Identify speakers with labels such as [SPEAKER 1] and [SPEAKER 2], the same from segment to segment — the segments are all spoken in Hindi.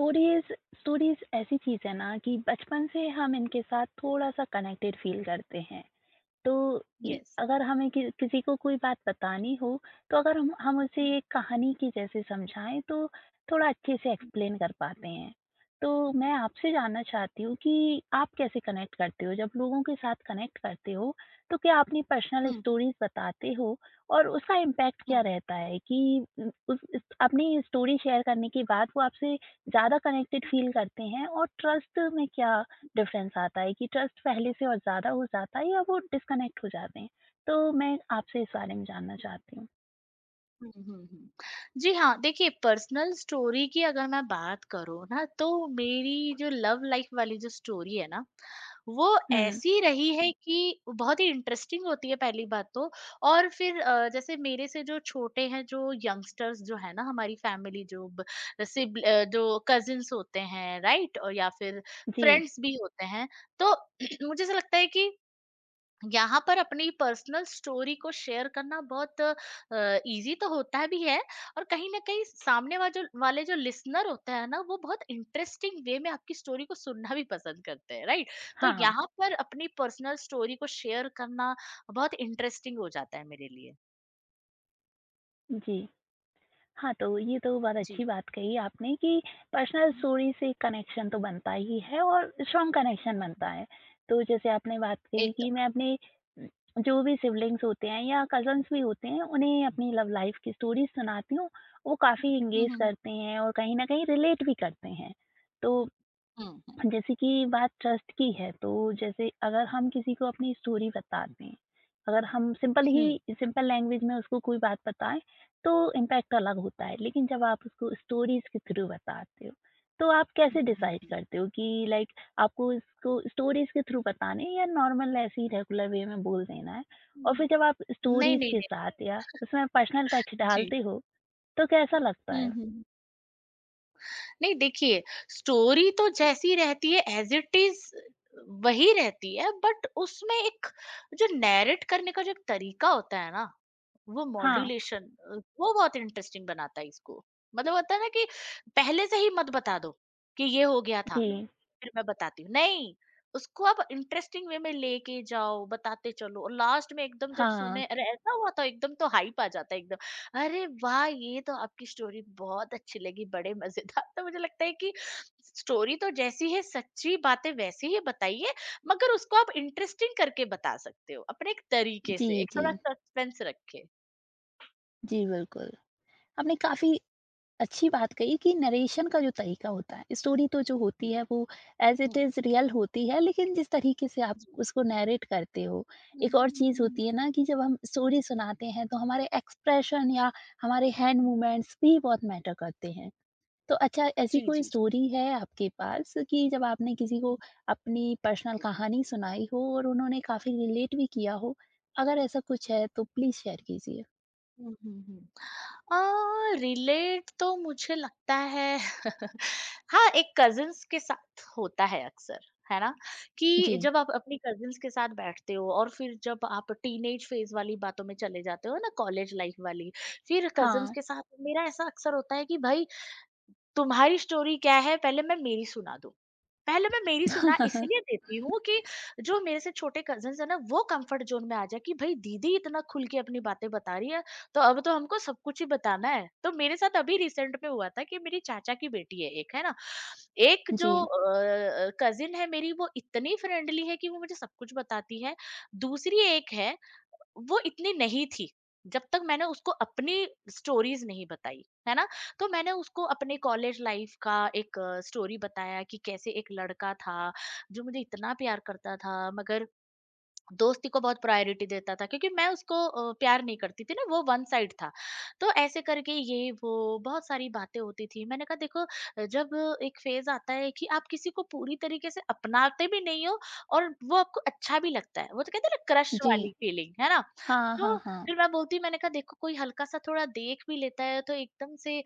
[SPEAKER 1] स्टोरीज़ स्टोरीज़ ऐसी चीज़ है ना कि बचपन से हम इनके साथ थोड़ा-सा कनेक्टेड फ़ील करते हैं। तो इ
[SPEAKER 2] यस।
[SPEAKER 1] अगर हमें कि किसी को कोई बात बतानी हो, तो अगर हम उसे
[SPEAKER 2] हुँ,
[SPEAKER 1] एक कहानी की जैसे समझाएँ तो थोड़ा अच्छे से एक्सप्लेन कर पाते हैं। तो मैं आपसे जानना चाहती हूँ कि आप कैसे कनेक्ट करते हो? जब लोगों के साथ कनेक्ट करते हो, तो क्या अपनी पर्सनल
[SPEAKER 2] हुँ,
[SPEAKER 1] स्टोरीज़ बताते हो और उसका इम्पैक्ट क्या
[SPEAKER 2] हुँ,
[SPEAKER 1] रहता है कि उ उस इस अपनी स्टोरी शेयर करने के बाद वो आपसे ज़्यादा कनेक्टेड फ़ील करते हैं और ट्रस्ट में क्या डिफ़रेंस आता है कि ट्रस्ट पहले से और ज़्यादा हो जाता है या वो डिस्कनेक्ट हो जाते हैं? तो मैं आपसे इस बारे में जानना चाहती हूँ।
[SPEAKER 2] हुँ, हुँ, हुँ। जी हाँ, देखिए पर्सनल स्टोरी की अगर मैं बात करूँ ना तो मेरी जो लव लाइफ़ वाली जो स्टोरी है ना, वो
[SPEAKER 1] हुँ,
[SPEAKER 2] ऐसी रही है कि बहुत ही इंटरेस्टिंग होती है पहली बात तो। और फिर जैसे मेरे से जो छोटे हैं जो यंगस्टर्स जो है ना हमारी फ़ैमिली जो जो कज़िन्स होते हैं राइट? या फिर
[SPEAKER 1] जी।
[SPEAKER 2] फ्रेंड्स भी होते हैं, तो मुझे ऐसा लगता है कि यहाँ पर अपनी पर्सनल स्टोरी को शेयर करना बहुत इजी तो होता भी है। और कहीं ना कहीं सामने वाले जो लिसनर होता है ना वो बहुत इंटरेस्टिंग वे में आपकी स्टोरी को सुनना भी पसंद करते हैं राइट। तो
[SPEAKER 1] हाँ, हाँ।
[SPEAKER 2] यहाँ पर अपनी पर्सनल स्टोरी को शेयर करना बहुत इंटरेस्टिंग हो जाता है मेरे लिए।
[SPEAKER 1] जी। हाँ, तो ये तो बहुत
[SPEAKER 2] जी।
[SPEAKER 1] अच्छी बात कही आपने कि पर्सनल स्टोरी से कनेक्शन तो बनता ही है और स्ट्रॉन्ग कनेक्शन बनता
[SPEAKER 2] हम्म,
[SPEAKER 1] है। तो जैसे आपने बात कही
[SPEAKER 2] एकदम।
[SPEAKER 1] कि मैं अपने जो भी सिबलिंग्स होते हैं या कज़न्स भी होते हैं, उन्हें अपनी लव लाइफ़ की स्टोरीज़ सुनाती हूँ। वो काफ़ी एंगेज
[SPEAKER 2] हम्म,
[SPEAKER 1] करते हैं और कहीं न कहीं रिलेट भी करते हैं। तो
[SPEAKER 2] हम्म, हम्म,
[SPEAKER 1] जैसे कि बात ट्रस्ट की है, तो जैसे अगर हम किसी को अपनी स्टोरी बता दें, अगर हम सिंपल
[SPEAKER 2] हम्म,
[SPEAKER 1] ही सिंपल लैंग्वेज में उसको कोई बात बताएँ, तो इम्पैक्ट अलग होता है। लेकिन जब आप उसको स्टोरीज़ के थ्रू बताते हो, तो आप कैसे
[SPEAKER 2] हम्म, हम्म,
[SPEAKER 1] डिसाइड करते हो कि लाइक आपको इसको स्टोरीज़ के थ्रू बताना है या नॉर्मल ऐसे ही रेगुलर वे में बोल देना है? और
[SPEAKER 2] हम्म।
[SPEAKER 1] फिर जब आप
[SPEAKER 2] नहीं,
[SPEAKER 1] स्टोरीज़
[SPEAKER 2] नहीं,
[SPEAKER 1] के
[SPEAKER 2] नहीं।
[SPEAKER 1] साथ या उसमें पर्सनल टच
[SPEAKER 2] जी।
[SPEAKER 1] डालते हो, तो कैसा लगता है?
[SPEAKER 2] हम्म। नहीं देखिए, स्टोरी तो जैसी रहती है एज़ इट इज़ वही रहती है बट उसमें एक जो नैरेट करने का जो एक तरीका होता है ना, वो
[SPEAKER 1] हाँ,
[SPEAKER 2] मॉड्यूलेशन वो बहुत इंटरेस्टिंग बनाता है इसको। मतलब होता है ना कि पहले से ही मत बता दो, कि ये हो गया था।
[SPEAKER 1] जी।
[SPEAKER 2] फिर मैं बताती हूँ नहीं, उसको आप इंटरेस्टिंग वे में लेके जाओ बताते चलो और लास्ट में एकदम जब
[SPEAKER 1] हाँ,
[SPEAKER 2] सुने अरे ऐसा हुआ था एकदम तो हाइप आ जाता है एकदम अरे वाह ये तो आपकी स्टोरी बहुत अच्छी लगी बड़े मजेदार। तो मुझे लगता है कि स्टोरी तो जैसी है सच्ची बातें वैसी ही बताइए मगर उसको आप इंटरेस्टिंग करके बता सकते हो अपने एक तरीके
[SPEAKER 1] जी,
[SPEAKER 2] से एक
[SPEAKER 1] जी।
[SPEAKER 2] थोड़ा सस्पेंस रखे।
[SPEAKER 1] जी, बिल्कुल। आपने काफ़ी अच्छी बात कही कि नरेशन का जो तरीका होता है स्टोरी तो जो
[SPEAKER 2] जी।
[SPEAKER 1] होती है वो as
[SPEAKER 2] hmm,
[SPEAKER 1] it is real होती है लेकिन जिस तरीके से आप
[SPEAKER 2] जी।
[SPEAKER 1] उसको नरेट करते हो।
[SPEAKER 2] हम्म,
[SPEAKER 1] एक और
[SPEAKER 2] हम्म,
[SPEAKER 1] चीज़
[SPEAKER 2] हम्म,
[SPEAKER 1] होती है ना कि जब हम स्टोरी सुनाते हैं तो हमारे एक्सप्रेशन या हमारे हैंड
[SPEAKER 2] हम्म।
[SPEAKER 1] मूवमेंट्स भी बहुत मैटर करते हैं। तो अच्छा ऐसी
[SPEAKER 2] जी,
[SPEAKER 1] कोई
[SPEAKER 2] जी, जी।
[SPEAKER 1] स्टोरी है आपके पास कि जब आपने किसी को
[SPEAKER 2] हम्म,
[SPEAKER 1] अपनी पर्सनल कहानी सुनाई हो और उन्होंने काफ़ी रिलेट भी किया हो, अगर ऐसा कुछ है तो प्लीज़ शेयर कीजिए।
[SPEAKER 2] हम्म, हम्म, हम्म। रिलेट तो मुझे लगता है, हाँ एक कजिन्स के साथ होता है अक्सर, है ना?
[SPEAKER 1] जी
[SPEAKER 2] कि जब आप अपनी कजिन्स के साथ बैठते हो और फिर जब आप टीनेज फेज वाली बातों में चले जाते हो ना कॉलेज लाइफ वाली, फिर कजिन्स
[SPEAKER 1] हाँ।
[SPEAKER 2] के साथ मेरा ऐसा अक्सर होता है कि भाई तुम्हारी स्टोरी क्या है, पहले मैं मेरी सुना दूँ। पहले मैं मेरी सुना इसलिए देती हूँ कि जो मेरे से छोटे कज़िन्स हैं ना वो कम्फ़र्ट ज़ोन में आ जाए कि भई दीदी इतना खुल के अपनी बातें बता रही है, तो अब तो हमको सब कुछ ही बताना है। तो मेरे साथ अभी रिसेंट में हुआ था कि मेरी चाचा की बेटी है एक, है ना? एक जो
[SPEAKER 1] जी
[SPEAKER 2] हुँ। कज़िन है मेरी, वो इतनी फ्रेंडली है कि वो मुझे सब कुछ बताती है। दूसरी एक है, वो इतनी नहीं थी, जब तक मैंने उसको अपनी स्टोरीज़ नहीं बताई, है ना? तो मैंने उसको अपने कॉलेज लाइफ का एक स्टोरी बताया कि कैसे एक लड़का था जो मुझे इतना प्यार करता था मगर दोस्ती को बहुत प्रायोरिटी देता था क्योंकि मैं उसको प्यार नहीं करती थी ना, वो वन साइड था। तो ऐसे करके ये वो बहुत सारी बातें होती थी। मैंने कहा देखो जब एक फेज आता है कि आप किसी को पूरी तरीके से अपनाते भी नहीं हो और वो आपको अच्छा भी लगता है, वो तो कहते हैं ना क्रश
[SPEAKER 1] जी।
[SPEAKER 2] वाली फीलिंग, है ना?
[SPEAKER 1] हाँ, हाँ,
[SPEAKER 2] तो
[SPEAKER 1] हाँ।
[SPEAKER 2] फिर मैं बोलती मैंने कहा देखो कोई हल्का सा थोड़ा देख भी लेता है तो एकदम से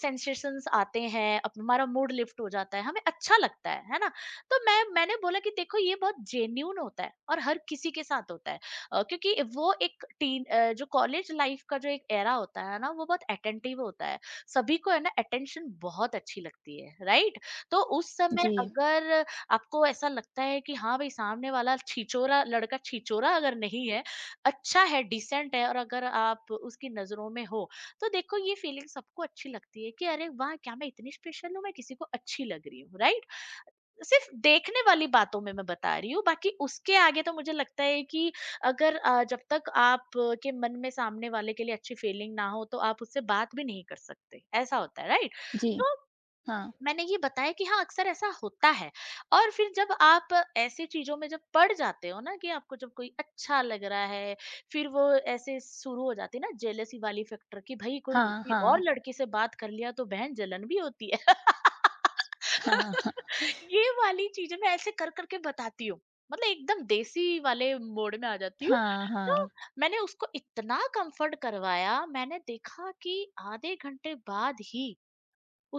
[SPEAKER 2] सेंसेशंस आते हैं, हमारा मूड लिफ्ट हो जाता है, हमें अच्छा लगता है ना? तो मैंने बोला कि देखो ये बहुत जेन्यून होता है और हर किसी के साथ होता है, क्योंकि वो एक टीन जो कॉलेज लाइफ का जो एक एरा होता है ना वो बहुत अटेंटिव होता है, सभी को, है ना? अटेंशन बहुत अच्छी लगती है, राइट? तो उस समय
[SPEAKER 1] जी,
[SPEAKER 2] अगर आपको ऐसा लगता है कि हाँ भाई सामने वाला छिचोरा लड़का, छिचोरा अगर नहीं है, अच्छा है, डिसेंट है, और अगर आप उसकी नजरों में हो, तो देखो ये फीलिंग सबको अच्छी लगती है कि अरे वाह क्या मैं इतनी स्पेशल हूँ, मैं किसी को अच्छी लग रही हूँ, राइट? सिर्फ देखने वाली बातों में मैं बता रही हूँ, बाकी उसके आगे तो मुझे लगता है कि अगर जब तक आप के मन में सामने वाले के लिए अच्छी फीलिंग ना हो तो आप उससे बात भी नहीं कर सकते, ऐसा होता है, राइट?
[SPEAKER 1] जी।
[SPEAKER 2] तो
[SPEAKER 1] हाँ,
[SPEAKER 2] मैंने ये बताया कि हाँ, अक्सर ऐसा होता है, और फिर जब आप ऐसी चीज़ों में जब पड़ जाते हो ना कि आपको जब कोई अच्छा लग रहा है, फिर वो ऐसे शुरू हो जाती है ना जेलसी वाली फैक्टर कि भई कोई
[SPEAKER 1] हाँ,
[SPEAKER 2] किसी और
[SPEAKER 1] हाँ,
[SPEAKER 2] लड़की से बात कर लिया तो बहन जलन भी होती है।
[SPEAKER 1] हाँ, हाँ,
[SPEAKER 2] ये वाली चीज़ें मैं ऐसे कर-कर के बताती हूँ। मतलब एकदम देसी वाले मोड में आ जाती हूँ।
[SPEAKER 1] हाँ,
[SPEAKER 2] तो
[SPEAKER 1] हाँ।
[SPEAKER 2] मैंने उसको इतना कम्फ़र्ट करवाया, मैंने देखा कि आधे घंटे बाद ही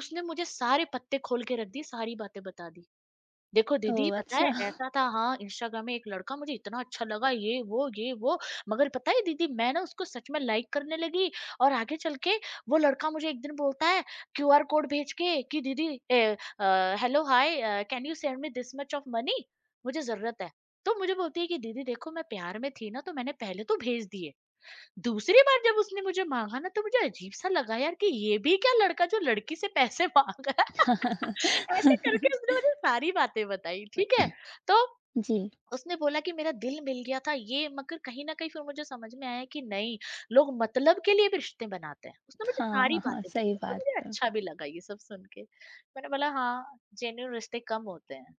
[SPEAKER 2] उसने मुझे सारे पत्ते खोल के रख दिए, सारी बातें बता दी। देखो दीदी
[SPEAKER 1] ओह!
[SPEAKER 2] पता है
[SPEAKER 1] अच्छा।
[SPEAKER 2] ऐसा था हाँ, इंस्टाग्राम में एक लड़का मुझे इतना अच्छा लगा, ये, वो, मगर पता है दीदी मैं ना उसको सच में लाइक करने लगी और आगे चल के वो लड़का मुझे एक दिन बोलता है क्यूआर कोड भेज के कि दीदी hello hi can you send me this much of money? मुझे ज़रूरत है। तो मुझे बोलती है कि दीदी देखो मैं प्यार में थी ना तो मैंने पहले तो भेज दिए। दूसरी बार जब उसने मुझे माँगा ना तो मुझे अजीब-सा लगा यार, कि ये भी क्या लड़का जो लड़की से पैसे माँग रहा है। ऐसे करके उसने मुझे सारी बातें बताई, ठीक है। तो
[SPEAKER 1] जी।
[SPEAKER 2] उसने बोला कि मेरा दिल मिल गया था ये, मगर कहीं न कहीं फिर मुझे समझ में आया कि नहीं, लोग मतलब के लिए भी रिश्ते बनाते हैं। उसने मुझे सारी
[SPEAKER 1] हाँ, हाँ,
[SPEAKER 2] बातें
[SPEAKER 1] सही
[SPEAKER 2] बताई तो
[SPEAKER 1] बात
[SPEAKER 2] मुझे
[SPEAKER 1] है।
[SPEAKER 2] अच्छा भी लगा ये सब सुन के। मैंने बोला हाँ, जेन्युइन रिश्ते कम होते हैं।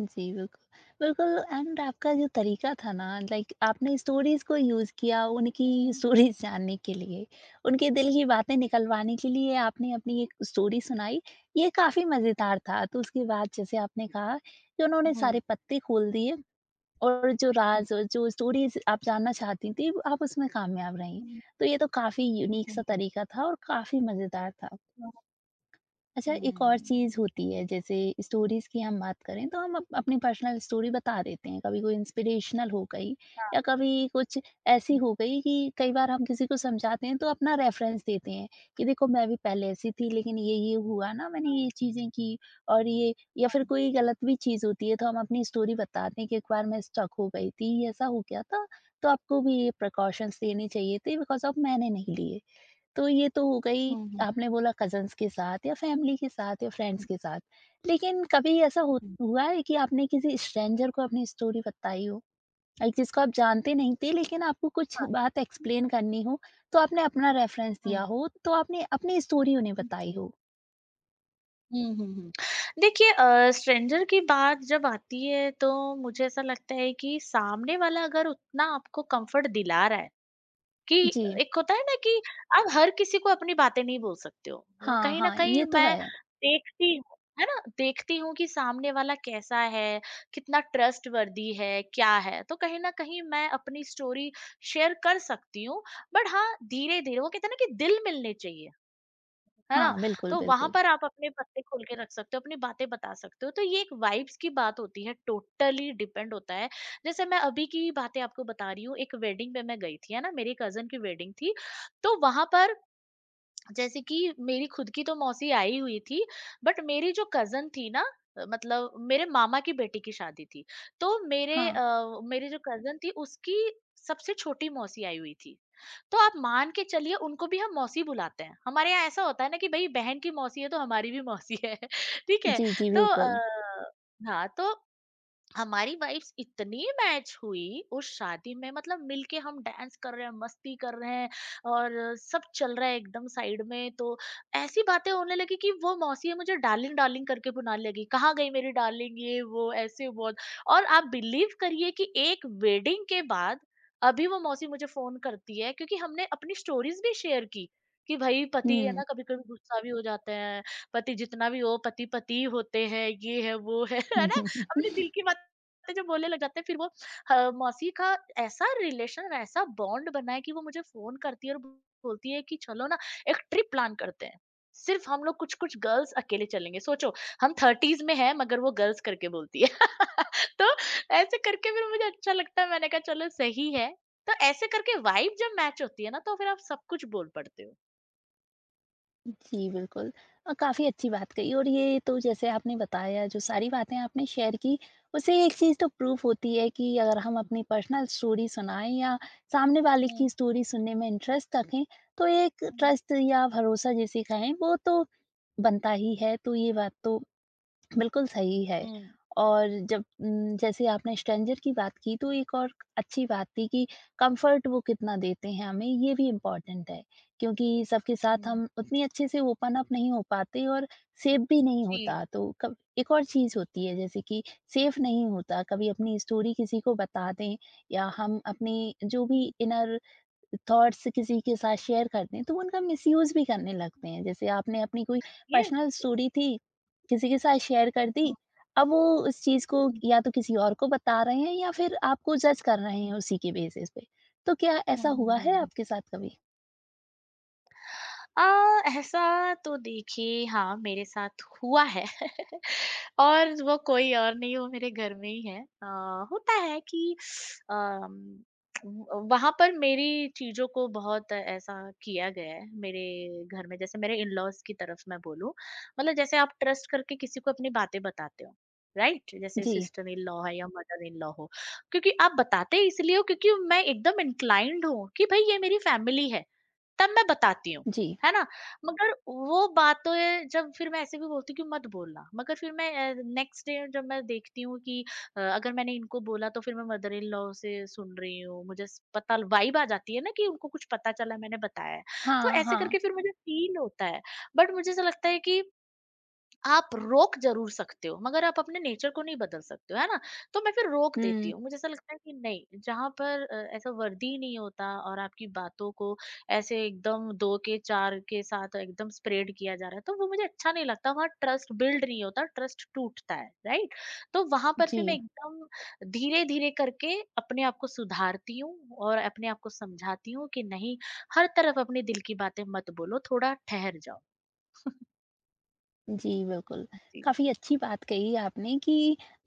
[SPEAKER 1] जी, बिल्कुल। बिल्कुल एंड आपका जो तरीका था ना लाइक आपने स्टोरीज़ को यूज़ किया उनकी
[SPEAKER 2] हुँ,
[SPEAKER 1] स्टोरीज़ जानने के लिए, उनके दिल की बातें निकलवाने के लिए आपने अपनी एक स्टोरी सुनाई, ये काफ़ी मज़ेदार था। तो उसके बाद जैसे आपने कहा कि उन्होंने
[SPEAKER 2] हुँ,
[SPEAKER 1] सारे पत्ते खोल दिए और जो
[SPEAKER 2] हुँ।
[SPEAKER 1] राज़ जो स्टोरीज़ आप जानना चाहती थीं, आप उसमें कामयाब रहीं।
[SPEAKER 2] हुँ,
[SPEAKER 1] तो ये तो काफ़ी यूनिक सा
[SPEAKER 2] हुँ,
[SPEAKER 1] तरीका था और काफ़ी मज़ेदार था।
[SPEAKER 2] हाँ।
[SPEAKER 1] अच्छा एक और
[SPEAKER 2] हुँ।
[SPEAKER 1] चीज़ होती है जैसे स्टोरीज़ की हम बात करें तो हम अप अपनी पर्सनल स्टोरी बता देते हैं। कभी कोई इंस्पिरेशनल हो गई
[SPEAKER 2] हाँ,
[SPEAKER 1] या कभी कुछ ऐसी
[SPEAKER 2] हुँ,
[SPEAKER 1] हो गई कि कई बार हम किसी को समझाते हैं तो अपना रेफ़रेंस देते हैं कि देखो मैं भी पहले ऐसी थी लेकिन ये हुआ ना मैंने ये चीज़ें की और ये या
[SPEAKER 2] हाँ।
[SPEAKER 1] फिर कोई गलत भी चीज़ होती है तो हम अपनी स्टोरी बताते हैं कि एक बार मैं स्ट्रक हो गई थी, ऐसा हो गया था, तो आपको भी ये प्रिकॉशंस लेने चाहिए थे बिकॉज़ ऑफ मैंने नहीं लिए। तो ये तो हो गई
[SPEAKER 2] हुँ, हुँ,
[SPEAKER 1] आपने बोला कज़न्स के साथ या फैमिली के साथ या फ्रेंड्स
[SPEAKER 2] हुँ,
[SPEAKER 1] के साथ। लेकिन कभी ऐसा हो
[SPEAKER 2] हुँ।
[SPEAKER 1] हुआ है कि आपने किसी स्ट्रेंजर को अपनी स्टोरी बताई हो? लाइक जिसको आप जानते नहीं थे लेकिन आपको कुछ
[SPEAKER 2] हाँ।
[SPEAKER 1] बात एक्सप्लेन करनी हो, तो आपने अपना रेफ़रेंस दिया
[SPEAKER 2] हुँ।
[SPEAKER 1] हो, तो आपने अपनी स्टोरी उन्हें बताई हो?
[SPEAKER 2] हुँ, हुँ, हुँ, हुँ। देखिए स्ट्रेंजर की बात जब आती है तो मुझे ऐसा लगता है कि सामने वाला अगर उतना आपको कम्फ़र्ट दिला रहा है, कि
[SPEAKER 1] जी।
[SPEAKER 2] एक होता है ना कि आप हर किसी को अपनी बातें नहीं बोल सकते हो। वो
[SPEAKER 1] हाँ,
[SPEAKER 2] कहीं न
[SPEAKER 1] हाँ,
[SPEAKER 2] कहीं
[SPEAKER 1] ये तो
[SPEAKER 2] मैं
[SPEAKER 1] है।
[SPEAKER 2] देखती हूँ, है ना? देखती हूँ कि सामने वाला कैसा है, कितना ट्रस्टवर्दी है, क्या है, तो कहीं न कहीं मैं अपनी स्टोरी शेयर कर सकती हूँ। बट हाँ, धीरे-धीरे वो कहते हैं ना कि दिल मिलने चाहिए, है ना?
[SPEAKER 1] हाँ, बिल्कुल,
[SPEAKER 2] तो वहाँ
[SPEAKER 1] बिल्कुल।
[SPEAKER 2] पर आप अपने पत्ते खोल के रख सकते हो, अपनी बातें बता सकते हो, तो ये एक वाइब्स की बात होती है, टोटली डिपेंड होता है। जैसे मैं अभी की बातें आपको बता रही हूँ, एक वेडिंग पे मैं गई थी, है ना? मेरी कज़न की वेडिंग थी, तो वहाँ पर जैसे कि मेरी खुद की तो मौसी आई हुई थी, बट मेरी जो कजन थी ना, मतलब मेरे मामा की बेटी की शादी थी, तो मेरे
[SPEAKER 1] हाँ।
[SPEAKER 2] मेरी जो कजन थी उसकी सबसे छोटी मौसी आई हुई थी। तो आप मान के चलिए उनको भी हम मौसी बुलाते हैं, हमारे यहाँ ऐसा होता है ना कि भाई बहन की मौसी है तो हमारी भी मौसी है। ठीक है।
[SPEAKER 1] जी, जी,
[SPEAKER 2] तो
[SPEAKER 1] बिल्कुल।
[SPEAKER 2] हाँ तो हमारी वाइफ्स इतनी मैच हुई उस शादी में, मतलब मिलके हम डांस कर रहे हैं, मस्ती कर रहे हैं, और सब चल रहा है एकदम साइड में, तो ऐसी बातें होने लगी कि वो मौसी है मुझे डार्लिंग डार्लिंग करके बुलाने लगी, कहाँ गई मेरी डार्लिंग, ये वो ऐसे बहुत। और आप बिलीव करिए कि एक वेडिंग के बाद अभी वो मौसी मुझे फोन करती है, क्योंकि हमने अपनी स्टोरीज भी शेयर की कि भाई पति है
[SPEAKER 1] हुँ।
[SPEAKER 2] ना कभी कभी गुस्सा भी हो जाते हैं, पति जितना भी हो पति पति ही होते हैं, ये है वो है। है ना? अपने दिल की बात लगता है जब बोलने लग जाते हैं फिर वो ह मौसी का ऐसा रिलेशन, ऐसा बॉन्ड बना है कि वो मुझे फ़ोन करती है और बोलती है कि चलो ना एक ट्रिप प्लान करते हैं। सिर्फ़ हम लोग कुछ-कुछ गर्ल्स अकेले चलेंगे। सोचो हम 30s में हैं, मगर वो गर्ल्स करके बोलती है। तो ऐसे करके फिर मुझे अच्छा लगता है, मैंने कहा चलो सही है। तो ऐसे करके वाइब जब मैच होती है ना, तो फिर आप सब कुछ बोल पड़ते हो।
[SPEAKER 1] जी, बिल्कुल। अ, काफ़ी अच्छी बात कही और ये तो जैसे आपने बताया जो सारी बातें आपने शेयर की, उससे एक चीज़ तो प्रूफ़ होती है कि अगर हम अपनी पर्सनल स्टोरी सुनाएँ या सामने वाले की
[SPEAKER 2] हुँ,
[SPEAKER 1] स्टोरी सुनने में इंटरेस्ट रखें, तो एक
[SPEAKER 2] हुँ।
[SPEAKER 1] ट्रस्ट या भरोसा जिसे कहें वो तो बनता ही है। तो ये बात तो बिल्कुल सही है।
[SPEAKER 2] हुँ,
[SPEAKER 1] और जब जैसे आपने स्ट्रेंजर की बात की तो एक और अच्छी बात थी कि कम्फ़र्ट वो कितना देते हैं हमें ये भी इम्पोर्टेंट है। क्योंकि सबके साथ
[SPEAKER 2] हुँ।
[SPEAKER 1] हम उतनी अच्छे से ओपन अप नहीं हो पाते और सेफ़ भी नहीं
[SPEAKER 2] जी।
[SPEAKER 1] होता। तो कब एक और चीज़ होती है जैसे कि सेफ़ नहीं होता, कभी अपनी स्टोरी किसी को बता दें या हम अपनी जो
[SPEAKER 2] हुँ।
[SPEAKER 1] भी इनर थॉट्स किसी के साथ शेयर करते हैं तो वो उनका मिसयूज़ भी करने लगते हैं। जैसे आपने अपनी कोई
[SPEAKER 2] ये
[SPEAKER 1] पर्सनल स्टोरी थी, किसी के साथ शेयर कर दी,
[SPEAKER 2] हुँ,
[SPEAKER 1] अब वो उस चीज़ को
[SPEAKER 2] हुँ,
[SPEAKER 1] या तो किसी और को बता रहे हैं या फिर आपको जज कर रहे
[SPEAKER 2] हुँ।
[SPEAKER 1] हैं उसी के बेसिस पे। तो क्या ऐसा
[SPEAKER 2] हुँ, हुँ, हुँ,
[SPEAKER 1] हुआ है
[SPEAKER 2] हुँ।
[SPEAKER 1] आपके साथ कभी?
[SPEAKER 2] अ, ऐसा तो देखिए हाँ मेरे साथ हुआ है, और वो कोई और नहीं, वो मेरे घर में ही है। होता है कि अम, वहां पर मेरी चीजों को बहुत ऐसा किया गया है मेरे घर में, जैसे मेरे इन लॉज की तरफ मैं बोलूं, मतलब जैसे आप ट्रस्ट करके किसी को अपनी बातें बताते हो, राइट? जैसे
[SPEAKER 1] जी,
[SPEAKER 2] सिस्टर इन लॉ है या मदर इन लॉ हो, क्योंकि आप बताते इसलिए हो क्योंकि मैं एकदम इंक्लाइंड हूँ कि भाई ये मेरी फैमिली है, तब मैं बताती हूँ,
[SPEAKER 1] जी।
[SPEAKER 2] है ना? मगर वो बातें जब फिर मैं ऐसे भी बोलती हूँ कि मत बोलना, मगर फिर मैं नेक्स्ट डे जब मैं देखती हूँ कि अगर मैंने इनको बोला तो फिर मैं मदर इन लॉ से सुन रही हूँ, मुझे स पता, वाइब आ जाती है ना कि उनको कुछ पता चला मैंने बताया है। तो
[SPEAKER 1] हाँ,
[SPEAKER 2] ऐसे
[SPEAKER 1] हाँ।
[SPEAKER 2] करके फिर मुझे फ़ील होता है, बट मुझे ऐसा लगता है कि आप रोक ज़रूर सकते हो, मगर आप अपने नेचर को नहीं बदल सकते हो, है ना? तो मैं फिर रोक देती
[SPEAKER 1] हुँ,
[SPEAKER 2] हूँ। मुझे ऐसा लगता है कि नहीं, जहाँ पर ऐसा वर्दी ही नहीं होता और आपकी बातों को ऐसे एकदम 2 के 4 के साथ एकदम स्प्रेड किया जा रहा है, तो वो मुझे अच्छा नहीं लगता। वहाँ ट्रस्ट बिल्ड नहीं होता, ट्रस्ट टूटता है, राइट? तो वहाँ पर
[SPEAKER 1] जी।
[SPEAKER 2] फिर मैं एकदम धीरे-धीरे करके अपने आप को सुधारती हूँ और अपने आप को समझाती हूँ कि नहीं, हर तरफ अपने दिल की बातें मत बोलो, थोड़ा ठहर जाओ।
[SPEAKER 1] जी, बिल्कुल।
[SPEAKER 2] जी।
[SPEAKER 1] काफ़ी अच्छी बात कही आपने कि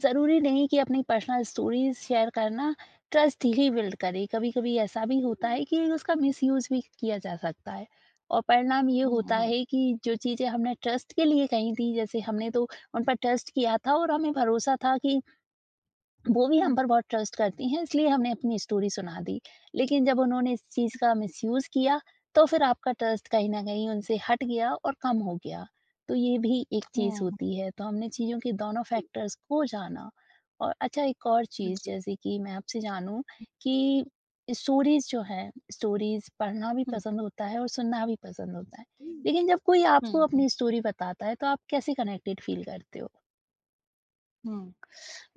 [SPEAKER 1] ज़रूरी नहीं कि अपनी पर्सनल स्टोरीज़ शेयर करना ट्रस्ट ही बिल्ड करे। कभी-कभी ऐसा भी होता है कि उसका मिसयूज़ भी किया जा सकता है और परिणाम ये
[SPEAKER 2] हुँ,
[SPEAKER 1] होता
[SPEAKER 2] हुँ।
[SPEAKER 1] है कि जो चीज़ें हमने ट्रस्ट के लिए कही थी, जैसे हमने तो उन पर ट्रस्ट किया था और हमें भरोसा था कि वो भी
[SPEAKER 2] हुँ,
[SPEAKER 1] हम पर बहुत ट्रस्ट करती हैं इसलिए हमने अपनी स्टोरी सुना दी। लेकिन जब उन्होंने इस चीज़ का मिसयूज़ किया तो फिर आपका ट्रस्ट कहीं न कहीं उनसे हट गया और कम हो गया। तो ये भी एक चीज़
[SPEAKER 2] हुँ।
[SPEAKER 1] होती है। तो हमने चीज़ों के दोनों
[SPEAKER 2] जी,
[SPEAKER 1] फैक्टर्स को जाना। और अच्छा एक और
[SPEAKER 2] हाँ
[SPEAKER 1] चीज़
[SPEAKER 2] जी।
[SPEAKER 1] जैसे कि मैं आपसे जानूँ
[SPEAKER 2] हुँ,
[SPEAKER 1] कि स्टोरीज़ जो हैं, स्टोरीज़ पढ़ना भी पसंद होता है और सुनना भी पसंद होता है।
[SPEAKER 2] हुँ,
[SPEAKER 1] लेकिन जब कोई आपको
[SPEAKER 2] हुँ, हुँ,
[SPEAKER 1] अपनी स्टोरी बताता है तो आप कैसे कनेक्टेड फ़ील करते हो?
[SPEAKER 2] हुँ।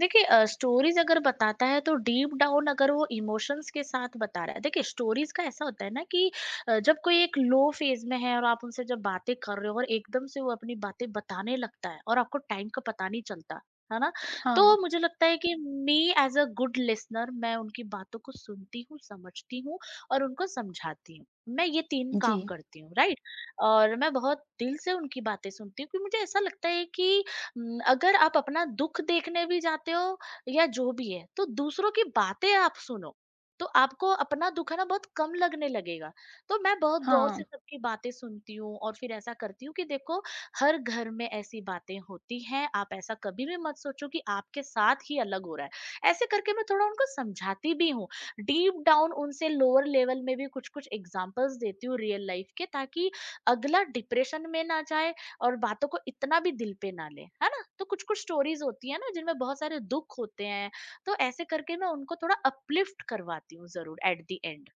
[SPEAKER 2] देखिए स्टोरीज़ अगर बताता है तो डीप डाउन अगर वो इमोशंस के साथ बता रहा है, देखिए स्टोरीज़ का ऐसा होता है ना कि जब कोई एक लो फ़ेज़ में है और आप उनसे जब बातें कर रहे हो और एकदम से वो अपनी बातें बताने लगता है और आपको टाइम का पता नहीं चलता, है ना?
[SPEAKER 1] हाँ।
[SPEAKER 2] तो मुझे लगता है कि me as a good listener मैं उनकी बातों को सुनती हूँ, समझती हूँ और उनको समझाती हूँ। मैं ये 3
[SPEAKER 1] जी।
[SPEAKER 2] काम करती हूँ, राइट? और मैं बहुत दिल से उनकी बातें सुनती हूँ, क्योंकि मुझे ऐसा लगता है कि अगर आप अपना दुःख देखने भी जाते हो या जो भी है, तो दूसरों की बातें आप सुनो, तो आपको अपना दुःख है ना बहुत कम लगने लगेगा। तो मैं बहुत गौर से
[SPEAKER 1] हाँ।
[SPEAKER 2] सबकी बातें सुनती हूँ और फिर ऐसा करती हूँ कि देखो हर घर में ऐसी बातें होती हैं, आप ऐसा कभी भी मत सोचो कि आपके साथ ही अलग हो रहा है। ऐसे करके मैं थोड़ा उनको समझाती भी हूँ। डीप डाउन उनसे लोअर लेवल में भी कुछ-कुछ एग्ज़ाम्पल्स देती हूँ रियल लाइफ़ के, ताकि अगला डिप्रेशन में ना जाए और बातों को इतना भी दिल पे ना ले, है ना? तो कुछ कुछ स्टोरीज होती है ना जिनमें बहुत सारे दुख होते हैं, तो ऐसे करके मैं उनको थोड़ा अपलिफ्ट करवाती हूँ जरूर एट द एंड।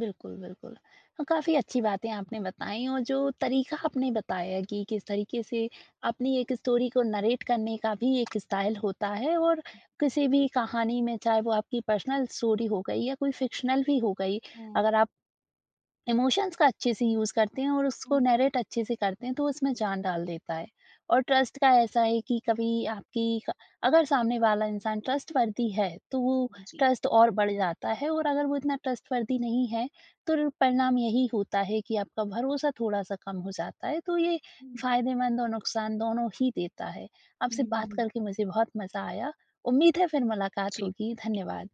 [SPEAKER 1] बिल्कुल, बिल्कुल। अ, काफ़ी अच्छी बातें आपने बताई और जो तरीका आपने बताया कि किस तरीके से अपनी एक स्टोरी को नरेट करने का भी एक स्टाइल होता है और किसी भी कहानी में चाहे वो आपकी पर्सनल स्टोरी हो गई या कोई फ़िक्शनल भी हो गई,
[SPEAKER 2] हम्म,
[SPEAKER 1] अगर आप इमोशंस का अच्छे से यूज़ करते हैं और उसको
[SPEAKER 2] हम्म।
[SPEAKER 1] नैरेट अच्छे से करते हैं, तो उसमें जान डाल देता है। और ट्रस्ट का ऐसा है कि कभी आपकी क अगर सामने वाला इंसान ट्रस्टवर्दी है, तो वो
[SPEAKER 2] जी।
[SPEAKER 1] ट्रस्ट और बढ़ जाता है और अगर वो इतना ट्रस्टवर्दी नहीं है, तो र परिणाम यही होता है कि आपका भरोसा थोड़ा-सा कम हो जाता है, तो ये
[SPEAKER 2] हम्म,
[SPEAKER 1] फ़ायदेमंद और नुकसान दोनों ही देता है। आपसे
[SPEAKER 2] हम्म,
[SPEAKER 1] बात
[SPEAKER 2] हम्म।
[SPEAKER 1] करके मुझे बहुत मज़ा आया। उम्मीद है फिर मुलाकात
[SPEAKER 2] जी।
[SPEAKER 1] होगी। धन्यवाद।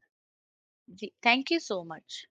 [SPEAKER 2] जी थैंक यू सो मच।